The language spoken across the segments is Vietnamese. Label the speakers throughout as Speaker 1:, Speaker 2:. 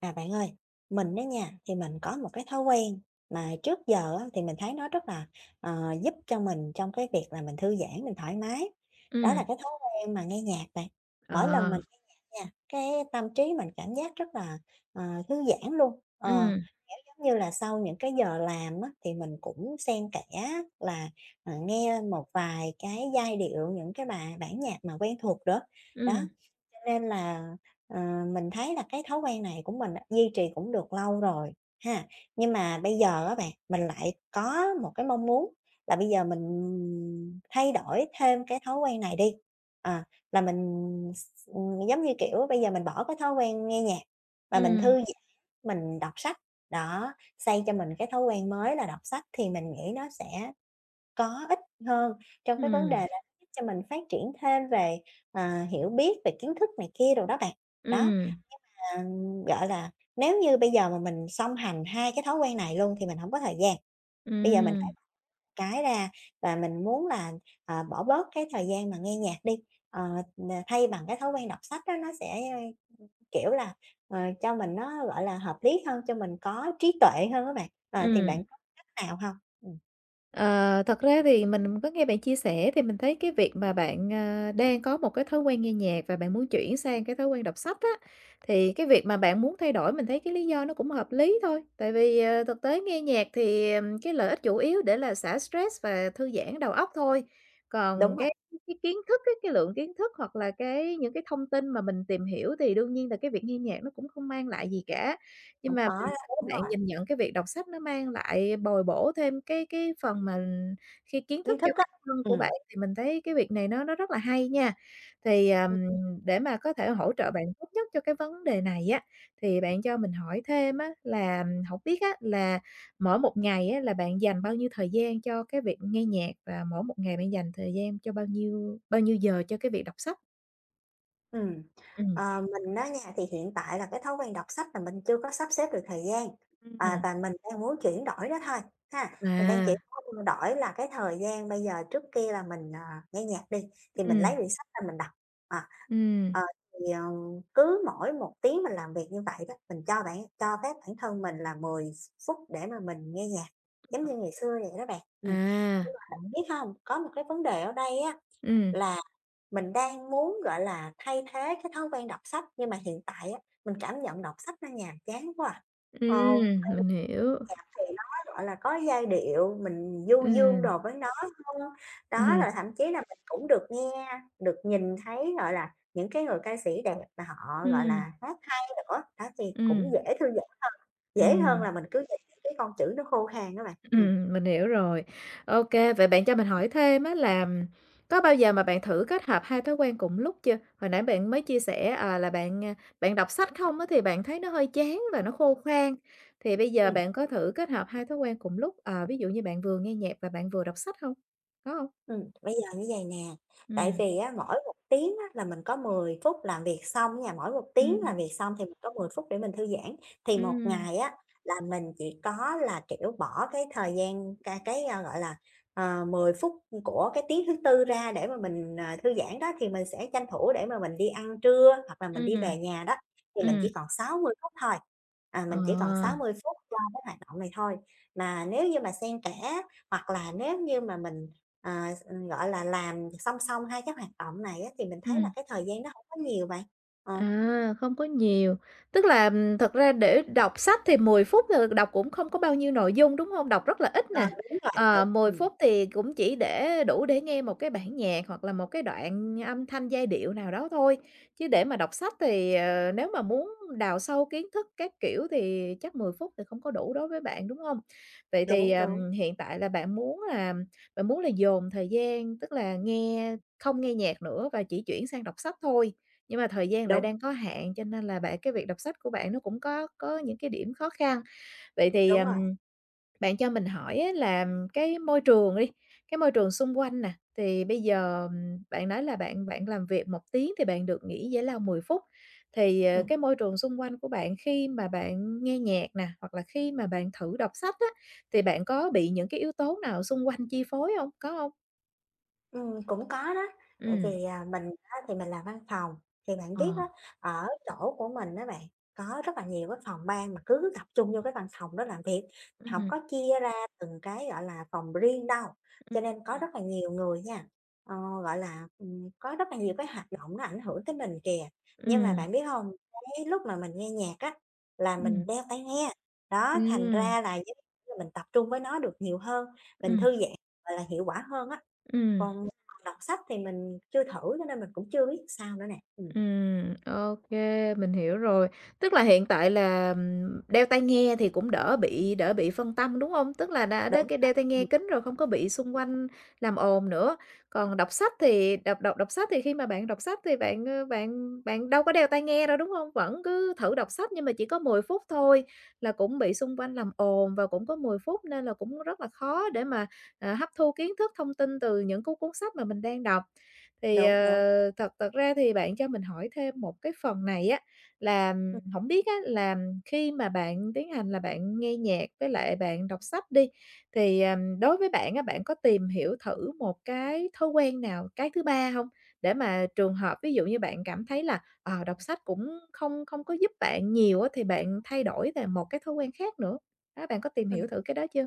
Speaker 1: À bạn ơi, mình đó nha, thì mình có một cái thói quen mà trước giờ á, thì mình thấy nó rất là giúp cho mình trong cái việc là mình thư giãn, mình thoải mái. Đó là
Speaker 2: Ừm,
Speaker 1: cái thói quen mà nghe nhạc bạn. Mỗi
Speaker 2: ờ,
Speaker 1: lần mình nghe nhạc nha, cái tâm trí mình cảm giác rất là ờ, thư giãn luôn. Ờ,
Speaker 2: ừm,
Speaker 1: Kiểu giống như là sau những cái giờ làm á, thì mình cũng xen kẽ là nghe một vài cái giai điệu, những cái bài bản nhạc mà quen thuộc đó. Đó,
Speaker 2: ừm,
Speaker 1: cho nên là Ờ, mình thấy là cái thói quen này của mình á, duy trì cũng được lâu rồi ha, nhưng mà bây giờ á bạn, mình lại có một cái mong muốn là bây giờ mình thay đổi thêm cái thói quen này đi. Ờ, là mình s giống như, kiểu, bây giờ mình bỏ cái thói quen nghe nhạc và mình
Speaker 2: ừm,
Speaker 1: thư giãn, mình đọc sách, đó, xây cho mình cái thói quen mới là đọc sách thì mình nghĩ nó sẽ có ích hơn trong cái vấn đề
Speaker 2: ừm,
Speaker 1: là giúp cho mình phát triển thêm về, hiểu biết về kiến thức này kia rồi đó bạn. Đó,
Speaker 2: ừm,
Speaker 1: Ờ, gọi là, nếu như bây giờ mà mình song hành 2 cái thói quen này luôn thì mình hổng có thời gian. Bây giờ mình phải
Speaker 2: ừm,
Speaker 1: cái ra là mình muốn là, bỏ bớt cái thời gian mà nghe nhạc đi, ờ, thay bằng cái thói quen đọc sách á, nó sẽ, kiểu là, cho mình nó, gọi là, hợp lý hơn, cho mình có trí tuệ hơn á bạn. Ờ, thì
Speaker 2: ừm.
Speaker 1: bạn có cách nào hông? Ừm,
Speaker 2: Ờ, thật ra thì mình có nghe bạn chia sẻ thì mình thấy cái việc mà bạn, đang có một cái thói quen nghe nhạc và bạn muốn chuyển sang cái thói quen đọc sách á, thì cái việc mà bạn muốn thay đổi mình thấy cái lý do nó cũng hợp lý thôi. Tại vì, thực tế nghe nhạc thì, cái lợi ích chủ yếu để là xả stress và thư giãn đầu óc thôi. Còn
Speaker 1: đúng rồi,
Speaker 2: cái kiến thức á, cái lượng kiến thức hoặc là những cái thông tin mà mình tìm hiểu thì đương nhiên là cái việc nghe nhạc nó cũng không mang lại gì cả. Nhưng
Speaker 1: hổng
Speaker 2: mà
Speaker 1: có
Speaker 2: mình
Speaker 1: đó,
Speaker 2: thấy
Speaker 1: đúng
Speaker 2: bạn
Speaker 1: rồi,
Speaker 2: nhìn nhận cái việc đọc sách nó mang lại bồi bổ thêm cái phần mà khi kiến thức
Speaker 1: kiến
Speaker 2: cho
Speaker 1: thức á.
Speaker 2: bản thân
Speaker 1: Ừm.
Speaker 2: của bạn
Speaker 1: Ừm.
Speaker 2: thì mình thấy cái việc này nó rất là hay nha. Thì, để mà có thể hỗ trợ bạn tốt nhất cho cái vấn đề này á, thì bạn cho mình hỏi thêm á là hổng biết á là mỗi một ngày á là bạn dành bao nhiêu thời gian cho cái việc nghe nhạc và mỗi một ngày bạn dành thời gian cho bao nhiêu giờ cho cái việc đọc sách?
Speaker 1: Ừm,
Speaker 2: Ừm.
Speaker 1: mình á nha, thì hiện tại là cái thói quen đọc sách là mình chưa có sắp xếp được thời gian,
Speaker 2: Ừm.
Speaker 1: và mình đang muốn chuyển đổi đó thôi ha. Mình đang
Speaker 2: À,
Speaker 1: chỉ muốn đổi là cái thời gian bây giờ trước kia là mình, nghe nhạc đi, thì mình lấy
Speaker 2: ừm.
Speaker 1: quyển sách ra mình đọc, à.
Speaker 2: Ừm,
Speaker 1: Ờ, thì, cứ mỗi một tiếng mình làm việc như vậy đó, mình cho bạn cho phép bản thân mình là 10 phút để mà mình nghe nhạc, giống
Speaker 2: ờ.
Speaker 1: như ngày xưa vậy đó bạn.
Speaker 2: À,
Speaker 1: Nhưng mà bạn biết không có một cái vấn đề ở đây á
Speaker 2: ừm.
Speaker 1: là mình đang muốn, gọi là, thay thế cái thói quen đọc sách, nhưng mà hiện tại á, mình cảm nhận đọc sách nó nhàm chán quá à. Ờ,
Speaker 2: Ừm, mình hiểu.
Speaker 1: thì nó, gọi là, có giai điệu, mình du dương
Speaker 2: Ừm,
Speaker 1: đồ với nó hơn.
Speaker 2: ừm,
Speaker 1: Đó, là thậm chí là mình cũng được nghe, được nhìn thấy, gọi là, những cái người ca sĩ đẹp mà họ, gọi
Speaker 2: ừm,
Speaker 1: là, hát hay nữa, đó, thì cũng
Speaker 2: ừm,
Speaker 1: dễ thư giãn, dễ hơn
Speaker 2: ừm,
Speaker 1: là mình cứ nhìn những cái con chữ nó khô khan á bạn.
Speaker 2: mình hiểu rồi. OK, vậy bạn cho mình hỏi thêm á là có bao giờ mà bạn thử kết hợp 2 thói quen cùng lúc chưa? Hồi nãy bạn mới chia sẻ, là bạn, bạn đọc sách không á thì bạn thấy nó hơi chán và nó khô khan, thì bây giờ
Speaker 1: Ừm.
Speaker 2: bạn có thử kết hợp 2 thói quen cùng lúc, ví dụ như bạn vừa nghe nhạc và bạn vừa đọc sách hông? Có hông?
Speaker 1: Bây giờ như vậy nè, tại
Speaker 2: Ừm,
Speaker 1: vì á, mỗi một tiếng á, là mình có 10 phút làm việc xong nha, mỗi một tiếng
Speaker 2: ừm,
Speaker 1: làm việc xong thì mình có 10 phút để mình thư giãn. Thì một
Speaker 2: ừm,
Speaker 1: ngày á, là mình chỉ có là, kiểu, bỏ cái thời gian gọi là, 10 phút của cái tiếng thứ Tư ra để mà mình, thư giãn đó, thì mình sẽ tranh thủ để mà mình đi ăn trưa hoặc là mình đi
Speaker 2: ừm,
Speaker 1: về nhà đó, thì mình
Speaker 2: ừm,
Speaker 1: chỉ còn 60 phút thôi. À,
Speaker 2: ờ,
Speaker 1: mình chỉ còn 60 phút cho cái hoạt động này thôi. Mà nếu như mà xen kẽ hoặc là nếu như mà mình À, gọi là, làm song song hai cái hoạt động này á, thì mình thấy là
Speaker 2: ừm.
Speaker 1: cái thời gian nó không có nhiều vậy. Ờ,
Speaker 2: À, không có nhiều. Tức là, thật ra để đọc sách thì 10 phút là đọc cũng không có bao nhiêu nội dung, đúng không? Đọc rất là ít
Speaker 1: Ờ,
Speaker 2: nè.
Speaker 1: đúng rồi.
Speaker 2: Ờ,
Speaker 1: Đúng,
Speaker 2: 10 phút thì cũng chỉ để đủ để nghe một cái bản nhạc hoặc là một cái đoạn âm thanh giai điệu nào đó thôi. Chứ để mà đọc sách thì, nếu mà muốn đào sâu kiến thức các kiểu thì chắc 10 phút thì không có đủ đối với bạn, đúng không? Vậy thì,
Speaker 1: đúng, đúng,
Speaker 2: hiện tại là bạn muốn là dồn thời gian, tức là không nghe nhạc nữa và chỉ chuyển sang đọc sách thôi, nhưng mà thời gian lại
Speaker 1: đúng,
Speaker 2: đang có hạn, cho nên là bạn cái việc đọc sách của bạn nó cũng có những cái điểm khó khăn. Vậy thì,
Speaker 1: đúng rồi,
Speaker 2: bạn cho mình hỏi á là cái môi trường đi, cái môi trường xung quanh nè, thì bây giờ, bạn nói là bạn bạn làm việc một tiếng thì bạn được nghỉ giải lao 10 phút, thì,
Speaker 1: ừm.
Speaker 2: cái môi trường xung quanh của bạn khi mà bạn nghe nhạc nè, hoặc là khi mà bạn thử đọc sách á, thì bạn có bị những cái yếu tố nào xung quanh chi phối không? Có không?
Speaker 1: Cũng có đó, tại
Speaker 2: Ừm.
Speaker 1: vì, mình á thì mình làm văn phòng, thì bạn
Speaker 2: Ờ.
Speaker 1: biết á, ở chỗ của mình á bạn, có rất là nhiều cái phòng ban mà cứ tập trung vô cái văn phòng đó làm việc,
Speaker 2: Ừm,
Speaker 1: hổng
Speaker 2: ừm,
Speaker 1: có chia ra từng cái, gọi là, phòng riêng đâu. Cho nên có rất là nhiều người nha, ờ, gọi là, có rất là nhiều cái hoạt động nó ảnh hưởng tới mình kìa. Nhưng mà
Speaker 2: ừm,
Speaker 1: bạn biết hông, cái lúc mà mình nghe nhạc á, là mình
Speaker 2: ừm,
Speaker 1: đeo tai nghe, đó, thành
Speaker 2: ừm,
Speaker 1: ra là giống như là mình tập trung với nó được nhiều hơn, mình
Speaker 2: ừm,
Speaker 1: thư giãn, gọi là, hiệu quả hơn á.
Speaker 2: ừm.
Speaker 1: Còn đọc sách thì mình chưa thử cho nên mình cũng chưa biết sao nữa nè.
Speaker 2: OK, mình hiểu rồi. Tức là hiện tại là, đeo tai nghe thì cũng đỡ bị phân tâm, đúng không? Tức là đã
Speaker 1: Đúng
Speaker 2: cái
Speaker 1: vậy,
Speaker 2: đeo tai nghe kính rồi không có bị xung quanh làm ồn nữa. Còn đọc sách thì đọc đọc đọc sách thì khi mà bạn đọc sách thì bạn, bạn đâu có đeo tai nghe đâu, đúng không? Vẫn cứ thử đọc sách nhưng mà chỉ có 10 phút thôi là cũng bị xung quanh làm ồn và cũng có 10 phút nên là cũng rất là khó để mà, hấp thu kiến thức, thông tin từ những cuốn cuốn sách mà mình đang đọc. Thì,
Speaker 1: đúng, đúng,
Speaker 2: thật thật ra thì bạn cho mình hỏi thêm một cái phần này á, là
Speaker 1: ừm,
Speaker 2: không biết á là khi mà bạn tiến hành là bạn nghe nhạc với lại bạn đọc sách đi, thì, đối với bạn á, bạn có tìm hiểu thử một cái thói quen nào, cái thứ ba không? Để mà trường hợp ví dụ như bạn cảm thấy là, đọc sách cũng không không có giúp bạn nhiều á, thì bạn thay đổi về một cái thói quen khác nữa. Đó, bạn có tìm hiểu
Speaker 1: ừm.
Speaker 2: thử cái đó chưa?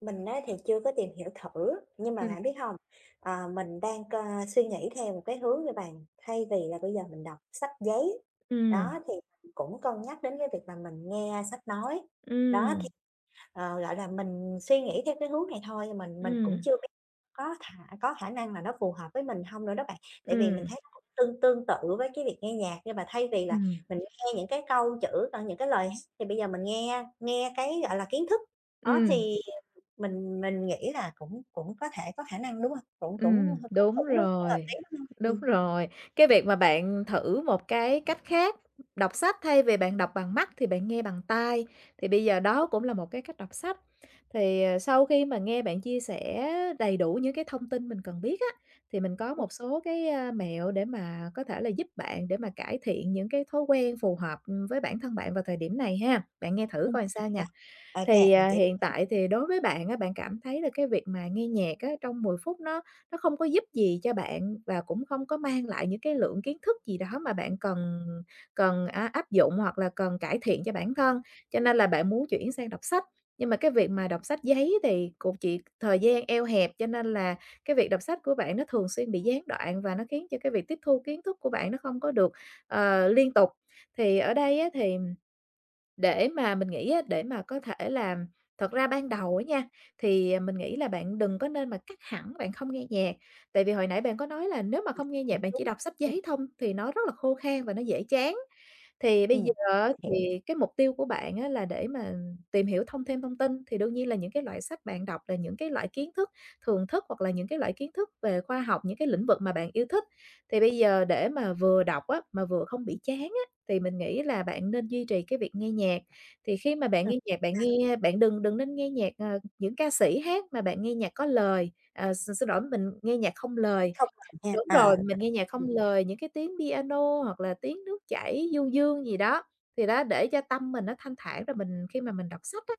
Speaker 1: Mình á thì chưa có tìm hiểu thử, nhưng mà
Speaker 2: Ừ
Speaker 1: bạn biết hông, mình đang c suy nghĩ theo một cái hướng như bạn, thay vì là bây giờ mình đọc sách giấy,
Speaker 2: ừ
Speaker 1: đó, thì mình cũng cân nhắc đến cái việc là mình nghe sách nói. Đó,
Speaker 2: ừ
Speaker 1: thì, gọi là, mình suy nghĩ theo cái hướng này thôi, mình
Speaker 2: ừ
Speaker 1: cũng chưa Có khả có khả năng là nó phù hợp với mình hông nữa đó bạn.
Speaker 2: ừ
Speaker 1: Tại vì mình thấy nó cũng tương tương tự với cái việc nghe nhạc, nhưng mà thay vì là
Speaker 2: ừm.
Speaker 1: mình nghe những cái câu chữ, những cái lời hát thì bây giờ mình nghe nghe cái, gọi là, kiến thức. Đó,
Speaker 2: Ừm.
Speaker 1: thì mình nghĩ là cũng cũng có thể có khả năng, đúng hông? Cũng cũng h cũng
Speaker 2: Đúng
Speaker 1: cũng đúng cũng hợp
Speaker 2: rồi,
Speaker 1: lý, đúng hông?
Speaker 2: đúng rồi. Cái việc mà bạn thử một cái cách khác, đọc sách thay vì bạn đọc bằng mắt thì bạn nghe bằng tai, thì bây giờ đó cũng là một cái cách đọc sách. Thì, ờ, sau khi mà nghe bạn chia sẻ đầy đủ những cái thông tin mình cần biết á, thì mình có
Speaker 1: Ừm,
Speaker 2: một số cái, mẹo để mà có thể là giúp bạn để mà cải thiện những cái thói quen phù hợp, với bản thân bạn vào thời điểm này ha. Bạn nghe thử coi
Speaker 1: hay
Speaker 2: sao
Speaker 1: quá,
Speaker 2: nha.
Speaker 1: ô kê,
Speaker 2: Thì,
Speaker 1: bạn chỉ
Speaker 2: hiện tại thì đối với bạn á, bạn cảm thấy là cái việc mà nghe nhạc á, trong 10 phút nó không có giúp gì cho bạn và cũng không có mang lại những cái lượng kiến thức gì đó mà bạn cần cần á, áp dụng hoặc là cần cải thiện cho bản thân, cho nên là bạn muốn chuyển sang đọc sách. Nhưng mà cái việc mà đọc sách giấy thì cũng chỉ thời gian eo hẹp, cho nên là cái việc đọc sách của bạn nó thường xuyên bị gián đoạn và nó khiến cho cái việc tiếp thu kiến thức của bạn nó không có được, liên tục. Thì ở đây á, thì để mà mình nghĩ á, để mà có thể là thật ra ban đầu á nha, thì, mình nghĩ là bạn đừng có nên mà cắt hẳn, bạn không nghe nhạc. Tại vì hồi nãy bạn có nói là nếu mà không nghe nhạc,
Speaker 1: cũng
Speaker 2: bạn chỉ
Speaker 1: đúng.
Speaker 2: đọc sách
Speaker 1: Ừm,
Speaker 2: giấy thông thì nó rất là khô khan và nó dễ chán. Thì bây giờ
Speaker 1: ừm,
Speaker 2: á
Speaker 1: mình hiểu,
Speaker 2: thì cái mục tiêu của bạn á là để mà tìm hiểu thêm thông tin, thì đương nhiên là những cái loại sách bạn đọc là những cái loại kiến thức thường thức hoặc là những cái loại kiến thức về khoa học, những cái lĩnh vực mà bạn yêu thích. Thì bây giờ để mà vừa đọc á, mà vừa không bị chán á, thì mình nghĩ là bạn nên duy trì cái việc nghe nhạc. Thì khi mà bạn
Speaker 1: ừm,
Speaker 2: nghe nhạc, bạn đừng đừng nên nghe nhạc, những ca sĩ hát mà bạn nghe nhạc có lời, à, x xin lỗi, mình nghe nhạc không lời.
Speaker 1: không ngờ
Speaker 2: Đúng
Speaker 1: ha,
Speaker 2: rồi,
Speaker 1: là
Speaker 2: mình nghe nhạc
Speaker 1: đúng,
Speaker 2: không lời, những cái tiếng piano hoặc là tiếng nước chảy du dương gì đó, thì đó, để cho tâm mình nó thanh thản rồi mình khi mà mình đọc sách á,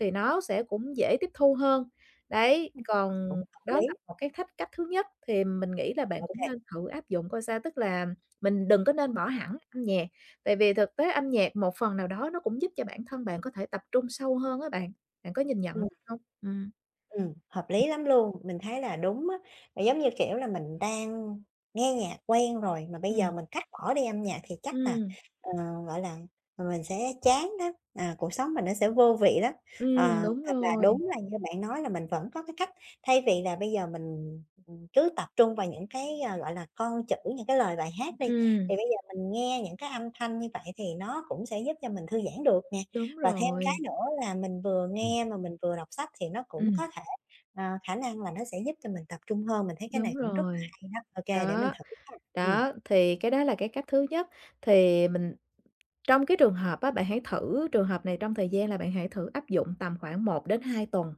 Speaker 2: thì nó sẽ cũng dễ tiếp thu hơn. Đấy, còn
Speaker 1: cũng hợp
Speaker 2: đó là
Speaker 1: lý,
Speaker 2: một cái thách cách thứ nhất thì mình nghĩ là bạn
Speaker 1: ô
Speaker 2: cũng
Speaker 1: kê.
Speaker 2: nên thử áp dụng coi sao, tức là mình đừng có nên bỏ hẳn âm nhạc, tại vì thực tế âm nhạc một phần nào đó nó cũng giúp cho bản thân bạn có thể tập trung sâu hơn á bạn. Bạn có nhìn nhận
Speaker 1: Ừm.
Speaker 2: vậy không? Ừm.
Speaker 1: Hợp lý lắm luôn, mình thấy là đúng á. Là giống như, kiểu là, mình đang nghe nhạc quen rồi mà bây
Speaker 2: Ừm.
Speaker 1: giờ mình cắt bỏ đi âm nhạc thì chắc là,
Speaker 2: Ừm,
Speaker 1: ờ, gọi là, mình sẽ chán đó à, cuộc sống mình nó sẽ vô vị lắm. Ờ,
Speaker 2: đúng
Speaker 1: thật là
Speaker 2: rồi,
Speaker 1: đúng là như bạn nói là mình vẫn có cái cách thay vì là bây giờ mình, cứ tập trung vào những cái, gọi là, con chữ, những cái lời bài hát đi,
Speaker 2: ừm.
Speaker 1: thì bây giờ mình nghe những cái âm thanh như vậy thì nó cũng sẽ giúp cho mình thư giãn được nè.
Speaker 2: Đúng
Speaker 1: Và thêm cái
Speaker 2: rồi.
Speaker 1: nữa là mình vừa
Speaker 2: Ừm.
Speaker 1: nghe mà mình vừa đọc sách thì nó cũng
Speaker 2: Ừm,
Speaker 1: có thể, khả năng là nó sẽ giúp cho mình tập trung hơn, mình thấy cái
Speaker 2: đúng
Speaker 1: này cũng rất là
Speaker 2: rồi.
Speaker 1: hay đó. Ô để mình
Speaker 2: Đó,
Speaker 1: thử ha.
Speaker 2: đó, thì cái đó là cái cách thứ nhất. Thì mình Trong cái trường hợp á, bạn hãy thử trường hợp này trong thời gian là bạn hãy thử áp dụng tầm khoảng một đến hai tuần.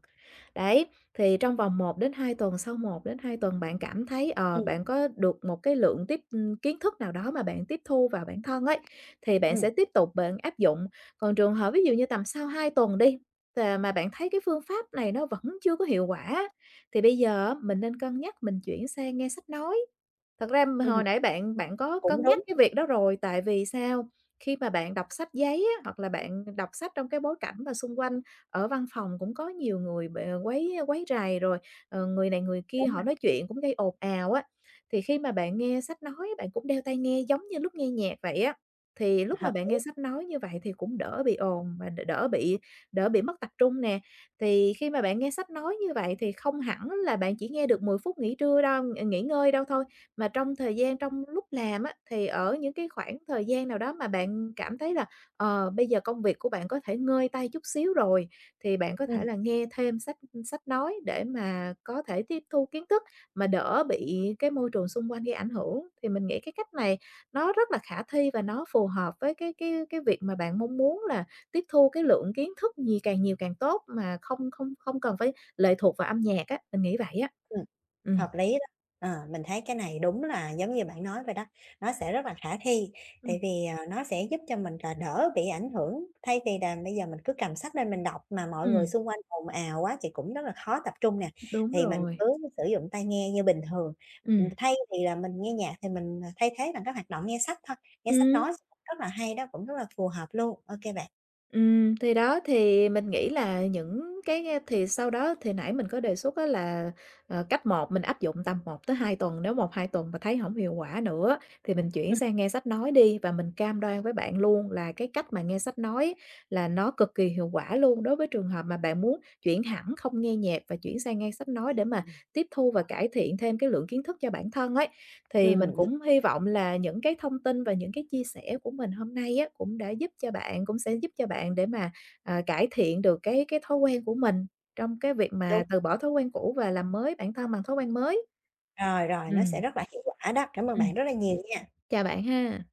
Speaker 2: Đấy, thì trong vòng một đến hai tuần, sau một đến hai tuần bạn cảm thấy, ờ,
Speaker 1: ừm,
Speaker 2: bạn có được một cái lượng kiến thức nào đó mà bạn tiếp thu vào bản thân ấy, thì bạn sẽ
Speaker 1: ừm,
Speaker 2: tiếp tục bạn áp dụng. Còn trường hợp ví dụ như tầm sau 2 tuần đi, tà mà bạn thấy cái phương pháp này nó vẫn chưa có hiệu quả thì bây giờ á, mình nên cân nhắc mình chuyển sang nghe sách nói. Thật ra
Speaker 1: ừm,
Speaker 2: hồi nãy bạn bạn có
Speaker 1: cũng
Speaker 2: cân nhắc
Speaker 1: đúng,
Speaker 2: cái việc đó rồi, tại vì sao? Khi mà bạn đọc sách giấy á, hoặc là bạn đọc sách trong cái bối cảnh mà xung quanh ở văn phòng cũng có nhiều người b quấy quấy rầy rồi, người này người kia
Speaker 1: đúng
Speaker 2: họ
Speaker 1: rồi,
Speaker 2: nói chuyện cũng gây ồn ào á, thì khi mà bạn nghe sách nói bạn cũng đeo tai nghe giống như lúc nghe nhạc vậy á, thì lúc mà
Speaker 1: hợp
Speaker 2: bạn nghe
Speaker 1: lý.
Speaker 2: sách nói như vậy thì cũng đỡ bị ồn và đ đỡ bị mất tập trung nè. Thì khi mà bạn nghe sách nói như vậy thì không hẳn là bạn chỉ nghe được 10 phút nghỉ trưa đâu, nghỉ ngơi đâu thôi, mà trong thời gian trong lúc làm á, thì ở những cái khoảng thời gian nào đó mà bạn cảm thấy là, bây giờ công việc của bạn có thể ngơi tay chút xíu rồi, thì bạn có
Speaker 1: Ừm.
Speaker 2: thể là nghe thêm sách sách nói để mà có thể tiếp thu kiến thức, mà đỡ bị cái môi trường xung quanh gây ảnh hưởng. Thì mình nghĩ cái cách này nó rất là khả thi và nó phù hợp với cái việc mà bạn mong muốn là tiếp thu cái lượng kiến thức nhiều càng tốt, mà không không không cần phải lệ thuộc vào âm nhạc á, mình nghĩ vậy á.
Speaker 1: Ừm,
Speaker 2: Ừ
Speaker 1: hợp lý đó. Ờ, mình thấy cái này đúng là giống như bạn nói vậy đó, nó sẽ rất là khả thi,
Speaker 2: ừ.
Speaker 1: tại vì, nó sẽ giúp cho mình là đỡ bị ảnh hưởng, thay vì là bây giờ mình cứ cầm sách lên mình đọc mà mọi người
Speaker 2: Ừm.
Speaker 1: xung quanh ồn ào quá thì cũng rất là khó tập trung nè,
Speaker 2: Đúng
Speaker 1: thì mình
Speaker 2: rồi.
Speaker 1: cứ sử dụng tai nghe như bình thường.
Speaker 2: Ừm.
Speaker 1: Thay vì là mình nghe nhạc thì mình, thay thế bằng các hoạt động nghe sách thôi, nghe sách
Speaker 2: Ừm,
Speaker 1: nói cũng rất là hay đó, cũng rất là phù hợp luôn. Ô kê bạn.
Speaker 2: thì đó, thì mình nghĩ là những cái, thì sau đó thì nãy mình có đề xuất á là, cách một mình áp dụng tầm một tới hai tuần, nếu một hai tuần mà thấy hổng hiệu quả nữa thì mình chuyển
Speaker 1: Ừm.
Speaker 2: sang nghe sách nói đi. Và mình cam đoan với bạn luôn là cái cách mà nghe sách nói là nó cực kỳ hiệu quả luôn, đối với trường hợp mà bạn muốn chuyển hẳn không nghe nhạc và chuyển sang nghe sách nói để mà tiếp thu và cải thiện thêm cái lượng kiến thức cho bản thân ấy. Thì mình
Speaker 1: Ừm,
Speaker 2: cũng hy vọng là những cái thông tin và những cái chia sẻ của mình hôm nay á, cũng sẽ giúp cho bạn để mà, cải thiện được cái thói quen của mình trong cái việc
Speaker 1: đúng,
Speaker 2: mà từ bỏ thói quen cũ và làm mới bản thân bằng thói quen mới.
Speaker 1: rồi, rồi, nó sẽ
Speaker 2: Ừ,
Speaker 1: rất là hiệu quả đó. Cảm ơn bạn
Speaker 2: ừm,
Speaker 1: rất là nhiều nha.
Speaker 2: chào bạn ha.